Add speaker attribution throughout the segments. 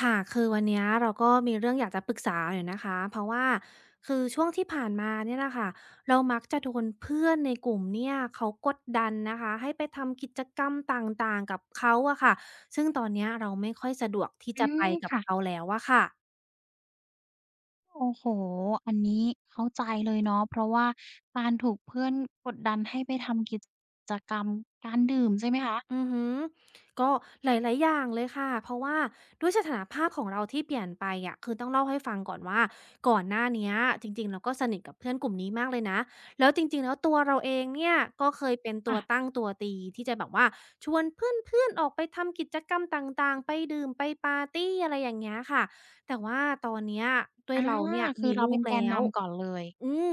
Speaker 1: ค่ะ คือวันเนี้ยเราก็มีเรื่องอยากจะปรึกษาหน่อยนะคะ เพราะว่าคือช่วงที่ผ่านมาเนี่ยแหละค่ะเรามักจะโดนเพื่อนในกลุ่มเนี่ยเขากดดันนะคะ ให้ไปทำกิจกรรมต่างๆกับเขาอะค่ะ ซึ่งตอนเนี้ยเราไม่ค่อยสะดวกที่
Speaker 2: อื
Speaker 1: จะไป
Speaker 2: ม
Speaker 1: กับ
Speaker 2: ค่ะ
Speaker 1: เขาแล้วอะค่ะ
Speaker 2: โอ้โฮอันนี้เข้าใจเลยเนาะเพราะว่าการถูกเพื่อนกดดันให้ไปทำกิจกรรมการดื่มใช่ไหมคะ
Speaker 1: อือฮึก็หลายๆอย่างเลยค่ะเพราะว่าด้วยสถานภาพของเราที่เปลี่ยนไปอะคือต้องเล่าให้ฟังก่อนว่าก่อนหน้าเนี้ยจริงๆเราก็สนิทกับเพื่อนกลุ่มนี้มากเลยนะแล้วจริงๆแล้วตัวเราเองเนี่ยก็เคยเป็นตัวตั้
Speaker 2: ค่ะ
Speaker 1: งตัวตีที่จะแบบว่าชวนเพื่อนๆออกไปทำกิจกรรมต่างๆไปดื่มไปปาร์ตีอะไรอย่างเงี้ยค่ะแต่ว่าตอนเนี้ยด้วย
Speaker 2: อา
Speaker 1: เราเนี่ย
Speaker 2: คือ
Speaker 1: มี
Speaker 2: เรา
Speaker 1: ลู
Speaker 2: เป็
Speaker 1: ก
Speaker 2: นแกน
Speaker 1: แล้ว
Speaker 2: นำก่อนเลย
Speaker 1: อืม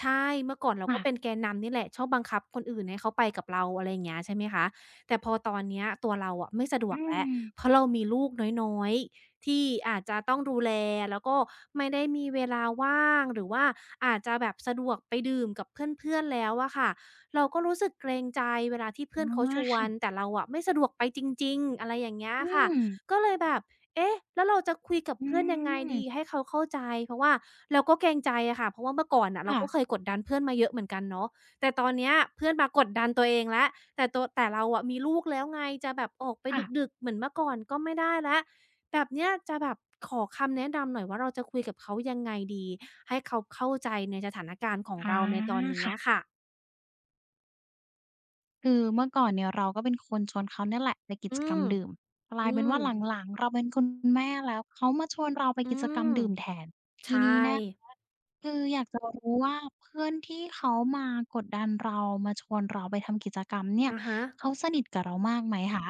Speaker 1: ใช่เมื่อก่อนเราก็เป็น
Speaker 2: ค่ะ
Speaker 1: แกนนำนี่แหละชอบบังคับคนอื่นให้เขาไปกับเราอะไรอย่างเงี้ยใช่ไหมคะแต่พอตอนเนี้ยตัวเราอะไม่สะดว
Speaker 2: อื
Speaker 1: กแล้ว
Speaker 2: ม
Speaker 1: เพราะเรามีลูกน้อยๆที่อาจจะต้องดูแลแล้วก็ไม่ได้มีเวลาว่างหรือว่าอาจจะแบบสะดวกไปดื่มกับเพื่อนๆแล้วอะค่ะเราก็รู้สึกเกรงใจเวลาที่เพื่อ
Speaker 2: อ๋
Speaker 1: น
Speaker 2: อ
Speaker 1: เขาชว
Speaker 2: ค่ะ
Speaker 1: นแต่เราอะไม่สะดวกไปจริงๆอะไรอย่างเงี้ย
Speaker 2: อื
Speaker 1: ค่ะ
Speaker 2: ม
Speaker 1: ก็เลยแบบ เอ๊ะแล้วเราจะคุยกับ
Speaker 2: อื
Speaker 1: เพื่อนยังไงดี
Speaker 2: ม
Speaker 1: ให้เขาเข้าใจ เพราะว่าเราก็เกรงใจอะค่ะเพราะว่าเมื่อก่อนน่ะเรา
Speaker 2: ค่ะ
Speaker 1: ก็เคยกดดันเพื่อนมาเยอะเหมือนกันเนาะแต่ตอนเนี้ยเพื่อนมากดดันตัวเองแล้วแต่เราอะมีลูกแล้วไงจะแบบออกไป
Speaker 2: ค่ะ
Speaker 1: ดึกๆเหมือนเมื่อก่อนก็ไม่ได้แล้วแบบเนี้ยจะแบบขอคำแนะนำหน่อยว่าเราจะคุยกับเขายังไงดีให้เขาเข้าใจในสถานการณ์ของ
Speaker 2: อา
Speaker 1: เราในตอนนี้
Speaker 2: ค่ะ
Speaker 1: อะค่ะ
Speaker 2: คือเมื่อก่อนเนี่ยเราก็เป็นคนชวนเขาเนี่ยแหละไปกิ
Speaker 1: อื
Speaker 2: จกรรม
Speaker 1: ม
Speaker 2: ดื่มกลา
Speaker 1: อื
Speaker 2: ยเป็น
Speaker 1: ม
Speaker 2: ว่าหลังๆเราเป็นคุณแม่แล้วเขามาชวนเราไป
Speaker 1: อื
Speaker 2: กิจกรรม
Speaker 1: ม
Speaker 2: ดื่มแทน ที
Speaker 1: ใช่
Speaker 2: นี้นะคะคืออยากจะรู้ว่าเพื่อนที่เขามากดดันเรามาชวนเราไปทำกิจกรรมเนี่ย
Speaker 1: อะฮะ
Speaker 2: เขาสนิทกับเรามากไหมคะ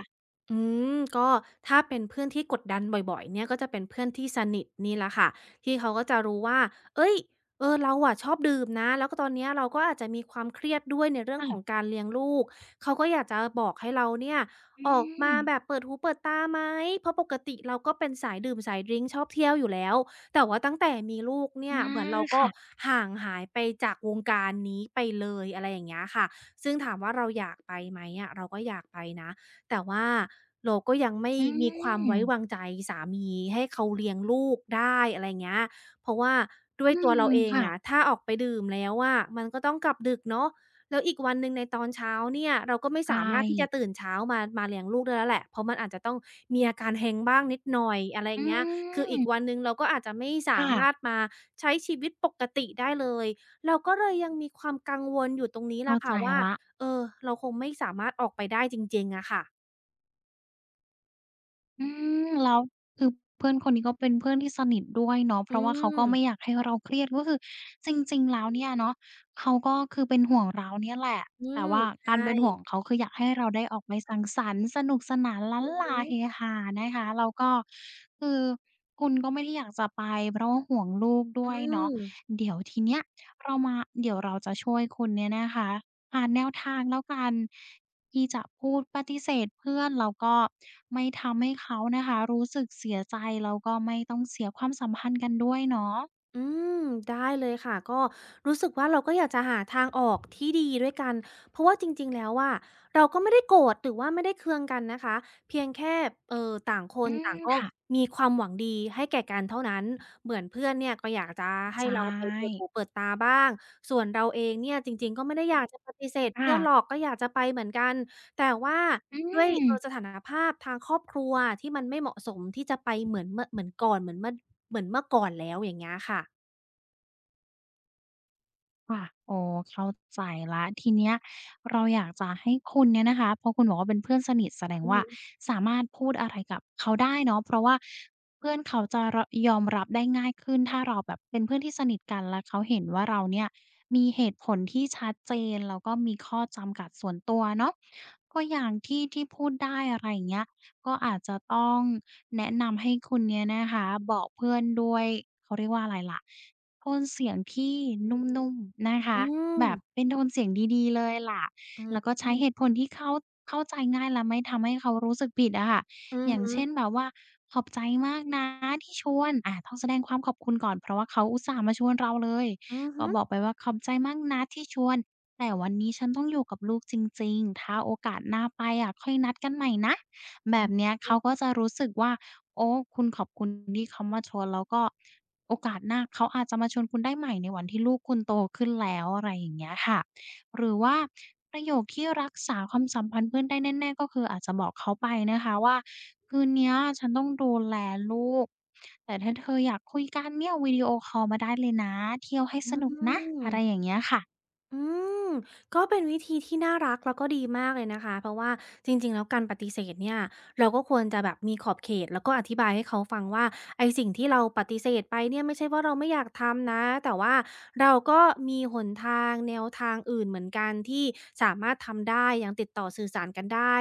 Speaker 1: อืมก็ถ้าเป็นเพื่อนที่กดดันบ่อยๆเนี่ยก็จะเป็นเพื่อนที่สนิทนี่แหละค่ะที่เขาก็จะรู้ว่าเฮ้ยเออเราอะชอบดื่มนะแล้วก็ตอนเนี้ยเราก็อาจจะมีความเครียดด้วยในเรื่องของ
Speaker 2: ค่ะ
Speaker 1: การเลี้ยงลูกเขาก็อยากจะบอกให้เราเนี่ย
Speaker 2: อื
Speaker 1: ออกมา
Speaker 2: ม
Speaker 1: แบบเปิดหูเปิดตาไหมเพราะปกติเราก็เป็นสายดื่มสายดริงก์ชอบเที่ยวอยู่แล้วแต่ว่าตั้งแต่มีลูกเนี่ย
Speaker 2: อา
Speaker 1: เหมือนเราก็
Speaker 2: ค่ะ
Speaker 1: ห่างหายไปจากวงการนี้ไปเลยอะไรอย่างเงี้ยค่ะซึ่งถามว่าเราอยากไปไหมอะเราก็อยากไปนะ แต่ว่าเราก็ยังไม่
Speaker 2: อื
Speaker 1: มีความไว้วาง
Speaker 2: ม
Speaker 1: ใจสามีให้เขาเลี้ยงลูกได้อะไรเงี้ยเพราะว่าด้ว
Speaker 2: อื
Speaker 1: ยตัว
Speaker 2: ม
Speaker 1: เราเอง
Speaker 2: ค่ะ
Speaker 1: อะถ้าออกไปดื่มแล้วอะมันก็ต้องกลับดึกเนาะแล้วอีกวันหนึ่งในตอนเช้าเนี่ยเราก็ไม่
Speaker 2: ใช่
Speaker 1: สามารถที่จะตื่นเช้ามาเลี้ยงลูกได้แล้วแหละเพราะมันอาจจะต้องมีอาการ h ง n g บ้างนิดหน่อยอะไรอ
Speaker 2: อื
Speaker 1: ย่างเงี้ยคืออี
Speaker 2: ม
Speaker 1: กวันหนึ่งเราก็อาจจะไม่สามารถ
Speaker 2: ค่ะ
Speaker 1: มาใช้ชีวิตปกติได้เลยเราก็เลยยังมีความกังวลอยู่ตรงนี้
Speaker 2: เข้า
Speaker 1: ล่ะ
Speaker 2: ใจ
Speaker 1: ค่ะว่า
Speaker 2: แล้ว
Speaker 1: เออเราคงไม่สามารถออกไปได้จริงๆอะค่ะ
Speaker 2: อืมแล้วคือเพื่อนคนนี้ก็เป็นเพื่อนที่สนิทด้วยเนาะเพ
Speaker 1: อื
Speaker 2: ราะว่าเขาก็ไม่อ
Speaker 1: ม
Speaker 2: ยากให้เราเครียดก็คือจริงๆแล้วเนี่ยเนาะเขาก็คือเป็นห่วงเราเนี่ยแหละ
Speaker 1: อื
Speaker 2: แต่
Speaker 1: ม
Speaker 2: ว่ากา
Speaker 1: ใช่
Speaker 2: รเป็นห่วงของเขาคืออยากให้เราได้ออกไปสังสรรค์สนุกสนานล้าน
Speaker 1: อือ
Speaker 2: ลา
Speaker 1: ฮึ
Speaker 2: เฮฮานะคะแล้วก็คือคุณก็ไม่ได้อยากจะไปเพราะว่าห่วงลูกด้
Speaker 1: อื
Speaker 2: วยเนาะ
Speaker 1: ม
Speaker 2: เดี๋ยวทีเนี้ยเรามาเดี๋ยวเราจะช่วยคุณเนี่ยนะคะหาแนวทางแล้วกัน ที่จะพูดปฏิเสธเพื่อนแล้วก็ไม่ทำให้เขานะคะรู้สึกเสียใจแล้วก็ไม่ต้องเสียความสัมพันธ์กันด้วยเนาะ
Speaker 1: อืมได้เลยค่ะก็รู้สึกว่าเราก็อยากจะหาทางออกที่ดีด้วยกัน เพราะว่าจริงๆ แล้วอะเราก็ไม่ได้โกรธหรือว่าไม่ได้เคืองกันนะคะเพียงแค่เอ่อต่างค
Speaker 2: อื
Speaker 1: นต่า
Speaker 2: ม
Speaker 1: งก็
Speaker 2: ค่ะ
Speaker 1: มีความหวังดีให้แก่กันเท่านั้น เหมือนเพื่อนเนี่ยก็อยากจะให้
Speaker 2: ใช
Speaker 1: เราไปเปิด
Speaker 2: ่
Speaker 1: หูเปิดตาบ้างส่วนเราเองเนี่ยจริงๆ ก็ไม่ได้อยากจะปฏิเสธเพื่อนหรอ
Speaker 2: ค่ะ
Speaker 1: กก็อยากจะไปเหมือนกัน แต่ว่า
Speaker 2: อื
Speaker 1: ด้วยส
Speaker 2: ม
Speaker 1: ถานภาพทางครอบครัวที่มันไม่เหมาะสมที่จะไปเหมือนเมื่อเหมือนก่อนเหมือนเมื่อเหมือนเมื่อก่อนแล้วอย่างเงี้ยค่ะ
Speaker 2: ค่ะโอ้เข้าใจแล้วทีเนี้ยเราอยากจะให้คุณเนี่ยนะคะเพราะคุณบอกว่าเป็นเพื่อนสนิทแสดง
Speaker 1: อือ
Speaker 2: ว่า
Speaker 1: ฮึ
Speaker 2: สามารถพูดอะไรกับเขาได้เนาะเพราะว่าเพื่อนเขาจะรยอมรับได้ง่ายขึ้นถ้าเราแบบเป็นเพื่อนที่สนิทกันแล้วเขาเห็นว่าเราเนี่ยมีเหตุผลที่ชัดเจนแล้วก็มีข้อจำกัดส่วนตัวเนาะก็อย่างที่พูดได้อะไรอย่างเงี้ยก็อาจจะต้องแนะนำให้คุณเนี่ยนะคะบอกเพื่อนด้วยเขาเรียกว่าอะไรล่ะ โทนเสียงที่นุ่มๆนะ
Speaker 1: อื
Speaker 2: คะ
Speaker 1: ม
Speaker 2: แบบเป็นโทนเสียงดีๆเลยล่ะ
Speaker 1: อื
Speaker 2: แล้วก็
Speaker 1: ม
Speaker 2: ใช้เหตุผลที่เขาเข้าใจง่ายและไม่ทำให้เขารู้สึกผิดอะค่ะ
Speaker 1: อือ
Speaker 2: อย่าง
Speaker 1: ฮึ
Speaker 2: เช่นแบบว่าขอบใจมากนะที่ชวนอาต้องแสดงความขอบคุณก่อนเพราะว่าเขาอุตส่าห์มาชวนเราเลย
Speaker 1: อือ
Speaker 2: ก็
Speaker 1: ฮึ
Speaker 2: บอกไปว่าขอบใจมากนะที่ชวนแต่วันนี้ฉันต้องอยู่กับลูกจริงๆถ้าโอกาสหน้าไปอะค่อยนัดกันใหม่นะแบ
Speaker 1: อื
Speaker 2: บ
Speaker 1: อ
Speaker 2: เนี้ยเขาก็จะรู้สึกว่าโอ้คุณขอบคุณที่เขามาชวนแล้วก็ โอกาสหน้าเขาอาจจะมาชวนคุณได้ใหม่ในวันที่ลูกคุณโตขึ้นแล้วอะไรอย่างเงี้ยค่ะหรือว่าประโยคที่รักษาความสัมพันธ์เพื่อนได้แน่ๆก็คืออาจจะบอกเขาไปนะคะว่าคืนเนี้ยฉันต้องดูแลลูกแต่ถ้าเธออยากคุยกันเนี่ยวิดีโอคอลมาได้เลยนะเที่ยวให้
Speaker 1: อื
Speaker 2: สนุกนะอะไร
Speaker 1: ม
Speaker 2: อย่างเงี้ยค่ะ
Speaker 1: อืมก็เป็นวิธีที่น่ารักแล้วก็ดีมากเลยนะคะเพราะว่าจริงๆแล้วการปฏิเสธเนี่ยเราก็ควรจะแบบมีขอบเขตแล้วก็อธิบายให้เขาฟังว่าไอ้สิ่งที่เราปฏิเสธไปเนี่ยไม่ใช่ว่าเราไม่อยากทำนะแต่ว่าเราก็มีหนทางแนวทางอื่นเหมือนกันที่สามารถทำได้ยังติดต่อสื่อสารกันได้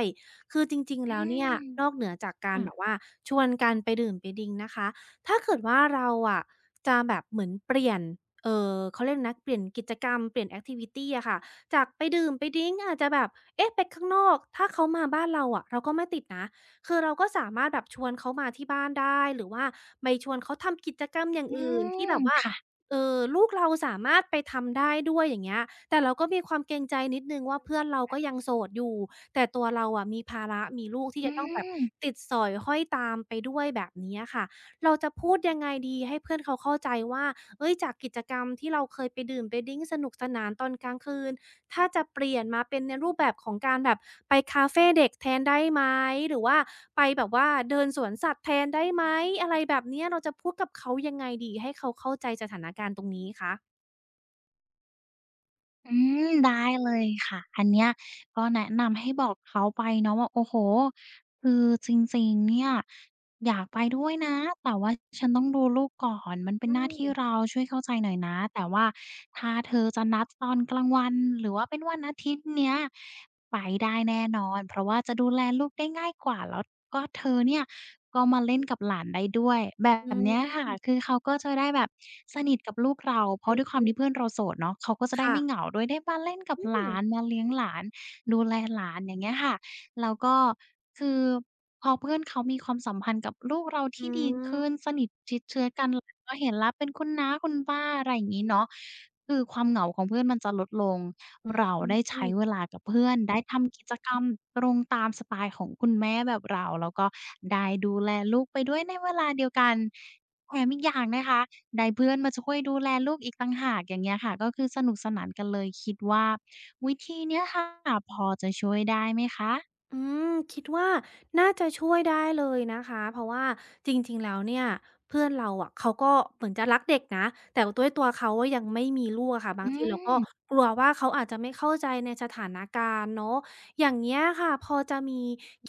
Speaker 1: คือจริงๆ
Speaker 2: อื
Speaker 1: แล้วเนี่ยนอก
Speaker 2: ม
Speaker 1: เหนือจากการแบบ
Speaker 2: ค่ะ
Speaker 1: ว่าชวนกันไปดื่มไปดริงก์นะคะถ้าเกิดว่าเราอะจะแบบเหมือนเปลี่ยน เออเขาเรียกนะเปลี่ยนกิจกรรมเปลี่ยนแอคทิวิตีอะค่ะจากไปดื่มไปดริงอาจจะแบบเอ๊ะไปข้างนอกถ้าเขามาบ้านเราอะเราก็ไม่ติดนะคือเราก็สามารถแบบชวนเขามาที่บ้านได้หรือว่าไปชวนเขาทำกิจกรรมอย่าง
Speaker 2: อื
Speaker 1: อื่นที่
Speaker 2: ม
Speaker 1: แบบว่า
Speaker 2: ค่ะ
Speaker 1: เออลูกเราสามารถไปทำได้ด้วยอย่างเงี้ยแต่เราก็มีความเกรงใจนิดนึ่งว่าเพื่อนเราก็ยังโสดอยู่แต่ตัวเราอะมีภาระมีลูกที่
Speaker 2: อื
Speaker 1: จะต้องแบบ
Speaker 2: ม
Speaker 1: ติดสอยห้อยตามไปด้วยแบบนี้ค่ะเราจะพูดยังไงดีให้เพื่อนเขาเข้าใจว่า เอ้ยจากกิจกรรมที่เราเคยไปดื่มไปดริงก์สนุกสนานตอนกลางคืนถ้าจะเปลี่ยนมาเป็นในรูปแบบของการแบบไปคาเฟเด็กแทนได้ไหมหรือว่าไปแบบว่าเดินสวนสัตว์แทนได้ไหมอะไรแบบเนี้ยเราจะพูดกับเขายังไงดีให้เขาเข้าใจสถานการณ์ตรงนี้คะ
Speaker 2: อืมได้เลยค่ะอันเนี้ยก็แนะนำให้บอกเขาไปเนาะว่าโอ้โฮคือจริงๆเนี่ยอยากไปด้วยนะแต่ว่าฉันต้องดูลูกก่อนมันเป็น
Speaker 1: อื
Speaker 2: หน้าที่เรา
Speaker 1: ม
Speaker 2: ช่วยเข้าใจหน่อยนะแต่ว่าถ้าเธอจะนัดตอนกลางวันหรือว่าเป็นวันอาทิตย์เนี้ยไปได้แน่นอนเพราะว่าจะดูแลลูกได้ง่ายกว่าแล้วก็เธอเนี่ย ก็มาเล่นกับหลานได้ด้วยแบ
Speaker 1: อื
Speaker 2: บเนี้ยค่ะ
Speaker 1: ม
Speaker 2: คือเขาก็จะได้แบบสนิทกับลูกเราเพ
Speaker 1: อื
Speaker 2: ราะด้วยควา
Speaker 1: ม
Speaker 2: มที่เพื่อนเราโสดเนาะเขาก็จะได้ไม่เห
Speaker 1: ค่ะ
Speaker 2: งาด้วยได้มาเล่นกับ
Speaker 1: อื
Speaker 2: ห
Speaker 1: ม
Speaker 2: ลานมาเลี้ยงหลานดูแลหลานอย่างเงี้ยค่ะแล้วก็คือพอเพื่อนเขามีความสัมพันธ์กับลูกเรา
Speaker 1: อื
Speaker 2: ที่ดีขึ้นสนิทชิดเชื้อกันหลานก็เห็นแล้วเป็นคุณน้าคุณป้าอะไรอย่างงี้เนาะคือความเหงาของเพื่อนมันจะลดลง เราได้
Speaker 1: ม
Speaker 2: ใช้เวลากับเพื่อนได้ทำกิจกรรมตรงตามสไตล์ของคุณแม่แบบเราแล้วก็ได้ดูแลลูกไปด้วยในเวลาเดียวกันแถมอีกอย่างนะคะได้เพื่อนมาช่วยดูแลลูกอีกต่างหากอย่างเงี้ยค่ะก็คือสนุกสนานกันเลยคิดว่าวิธีเนี้ยค่ะพอจะช่วยได้ไหมคะ
Speaker 1: อืมคิดว่าน่าจะช่วยได้เลยนะคะเพราะว่าจริงๆ แล้วเนี่ยเพื่อนเราอะเขาก็เหมือนจะรักเด็กนะแต่ด้วยตัวเขาอะยังไม่มีลูกอะค่ะบา
Speaker 2: อื
Speaker 1: งทีเราก็
Speaker 2: ม
Speaker 1: กลัวว่าเขาอาจจะไม่เข้าใจในสถานการณ์เนาะอย่างเงี้ยค่ะพอจะมี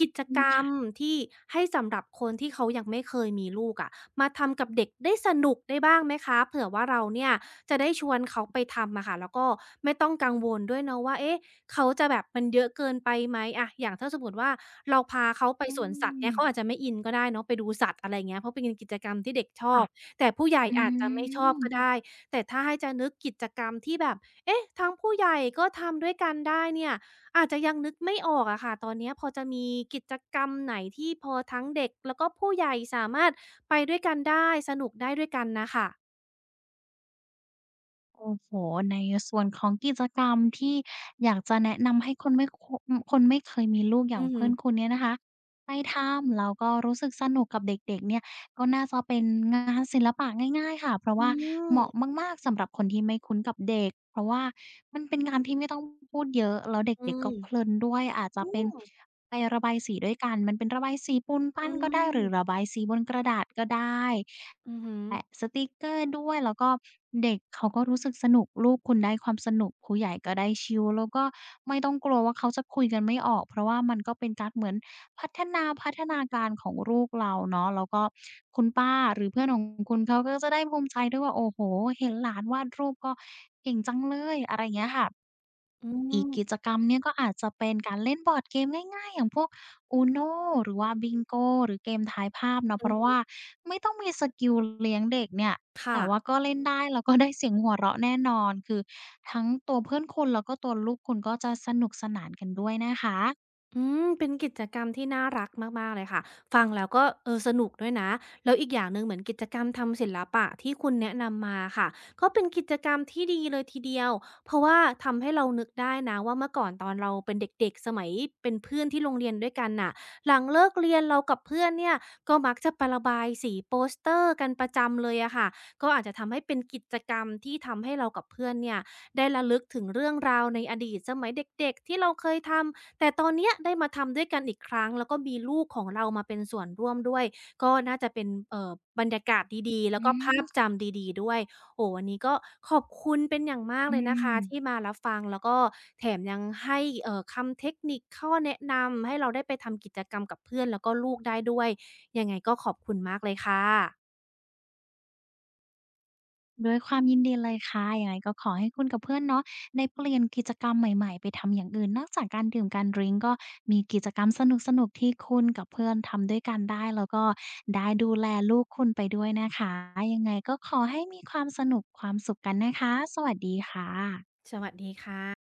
Speaker 1: กิจ
Speaker 2: อื
Speaker 1: ก
Speaker 2: ม
Speaker 1: รรม
Speaker 2: ค่ะ
Speaker 1: ที่ให้สำหรับคนที่เขายังไม่เคยมีลูกอะมาทำกับเด็กได้สนุกได้บ้างไหมคะเผื่อว่าเราเนี่ยจะได้ชวนเขาไปทำอะค่ะแล้วก็ไม่ต้องกังวลด้วยเนาะว่าเอ๊ะ เขาจะแบบมันเยอะเกินไปไหมอะอย่างถ้าสมมุติว่าเราพาเขาไป
Speaker 2: อื
Speaker 1: สวนสัตว์
Speaker 2: ม
Speaker 1: เนี่ยเขาอาจจะไม่อินก็ได้เนาะไปดูสัตว์อะไรอย่างเงี้ยเพราะเป็นกิจกรรมที่เด็กชอ
Speaker 2: ค่ะ
Speaker 1: บแต่ผู้ใหญ่
Speaker 2: อื
Speaker 1: อาจจะไม่ชอบก็
Speaker 2: ม
Speaker 1: ได้แต่ถ้าให้จะนึกกิจกรรมที่แบบเอ๊ะทั้งผู้ใหญ่ก็ทำด้วยกันได้เนี่ยอาจจะยังนึกไม่ออกอะค่ะตอนเนี้ยพอจะมีกิจกรรมไหนที่พอทั้งเด็กแล้วก็ผู้ใหญ่สามารถไปด้วยกันได้สนุกได้ด้วยกันน่ะค่ะ
Speaker 2: โอ้โฮในส่วนของกิจกรรมที่อยากจะแนะนำให้คนไม่เคยมีลูกอย่า
Speaker 1: อื
Speaker 2: ง
Speaker 1: อฮึ
Speaker 2: เพื่อนคุณเนี่ยนะคะได้ทำแล้วก็รู้สึกสนุกกับเด็กๆเนี่ยก็น่าจะเป็นงานศิลปะง่ายๆค่ะเพราะ
Speaker 1: อื
Speaker 2: ว่าเห
Speaker 1: ม
Speaker 2: มาะมากๆสำหรับคนที่ไม่คุ้นกับเด็กเพราะว่ามันเป็นงานที่ไม่ต้องพูดเยอะแล้ว
Speaker 1: อื
Speaker 2: เด็กๆ
Speaker 1: ม
Speaker 2: ก็เพลินด้วยอาจจะ
Speaker 1: อื
Speaker 2: เป็น
Speaker 1: ม
Speaker 2: ไประบายสีด้วยกันมันเป็นระบายสีปูนปั้
Speaker 1: อื
Speaker 2: นก็ได้หรือระ
Speaker 1: ม
Speaker 2: บายสีบนกระดาษก็ได้
Speaker 1: อือฮึ
Speaker 2: แปะสติกเกอร์ด้วยแล้วก็เด็กเขาก็รู้สึกสนุกลูกคุณได้ความสนุกผู้ใหญ่ก็ได้ชิลแล้วก็ไม่ต้องกลัวว่าเขาจะคุยกันไม่ออกเพราะว่ามันก็เป็นการเหมือนพัฒนาการของลูกเราเนาะแล้วก็คุณป้าหรือเพื่อนของคุณเขาก็จะได้ภูมิใจด้วยว่าโอ้โฮเห็นหลานวาดรูปก็เก่งจังเลยอะไรอย่างเงี้ยค่ะ
Speaker 1: อื
Speaker 2: อีกกิจ
Speaker 1: ม
Speaker 2: กรรมเนี่ยก็อาจจะเป็นการเล่นบอร์ดเกมง่ายๆอย่างพวก UNO หรือว่าบิงโกหรือเกมทายภาพเนาะ
Speaker 1: อื
Speaker 2: เพราะ
Speaker 1: ม
Speaker 2: ว่าไม่ต้องมีสกิลเลี้ยงเด็กเนี่ยแต่ว่า
Speaker 1: ค่ะ
Speaker 2: ก็เล่นได้แล้วก็ได้เสียงหัวเราะแน่นอนคือทั้งตัวเพื่อนคุณแล้วก็ตัวลูกคุณก็จะสนุกสนานกันด้วยนะคะ
Speaker 1: อืมเป็นกิจกรรมที่น่ารักมากๆเลยค่ะฟังแล้วก็เออสนุกด้วยนะแล้วอีกอย่างหนึ่งเหมือนกิจกรรมทำศิลปะที่คุณแนะนำมาค่ะก็เป็นกิจกรรมที่ดีเลยทีเดียวเพราะว่าทำให้เรานึกได้นะว่าเมื่อก่อนตอนเราเป็นเด็กๆสมัยเป็นเพื่อนที่โรงเรียนด้วยกันน่ะหลังเลิกเรียนเรากับเพื่อนเนี่ยก็มักจะไประบายสีโปสเตอร์กันประจำเลยอะค่ะก็อาจจะทำให้เป็นกิจกรรมที่ทำให้เรากับเพื่อนเนี่ยได้ระลึกถึงเรื่องราวในอดีตสมัยเด็กๆที่เราเคยทำ แต่ตอนเนี้ยได้มาทำด้วยกันอีกครั้งแล้วก็มีลูกของเรามาเป็นส่วนร่วมด้วยก็น่าจะเป็นบรรยากาศดีๆแล้ว
Speaker 2: อื
Speaker 1: ก็
Speaker 2: ม
Speaker 1: ภาพจำดีๆด้วยโอ้โฮวันนี้ก็ขอบคุณเป็นอย่างมาก
Speaker 2: อื
Speaker 1: เลยนะคะที่
Speaker 2: ม
Speaker 1: มารับฟังแล้วก็แถมยังให้คำเทคนิคข้อแนะนำให้เราได้ไปทำกิจกรรมกับเพื่อนแล้วก็ลูกได้ด้วยยังไงก็ขอบคุณมากเลยค่ะ
Speaker 2: ด้วยความยินดีเลยค่ะยังไงก็ขอให้คุณกับเพื่อนเนาะได้เปลี่ยนกิจกรรมใหม่ๆไปทำอย่างอื่นนอกจากการดื่มการดริงก์ก็มีกิจกรรมสนุกๆที่คุณกับเพื่อนทำด้วยกันได้แล้วก็ได้ดูแลลูกคุณไปด้วยนะคะยังไงก็ขอให้มีความสนุกความสุขกันนะคะสวัสดีค่ะ
Speaker 1: สวัสดีค่ะ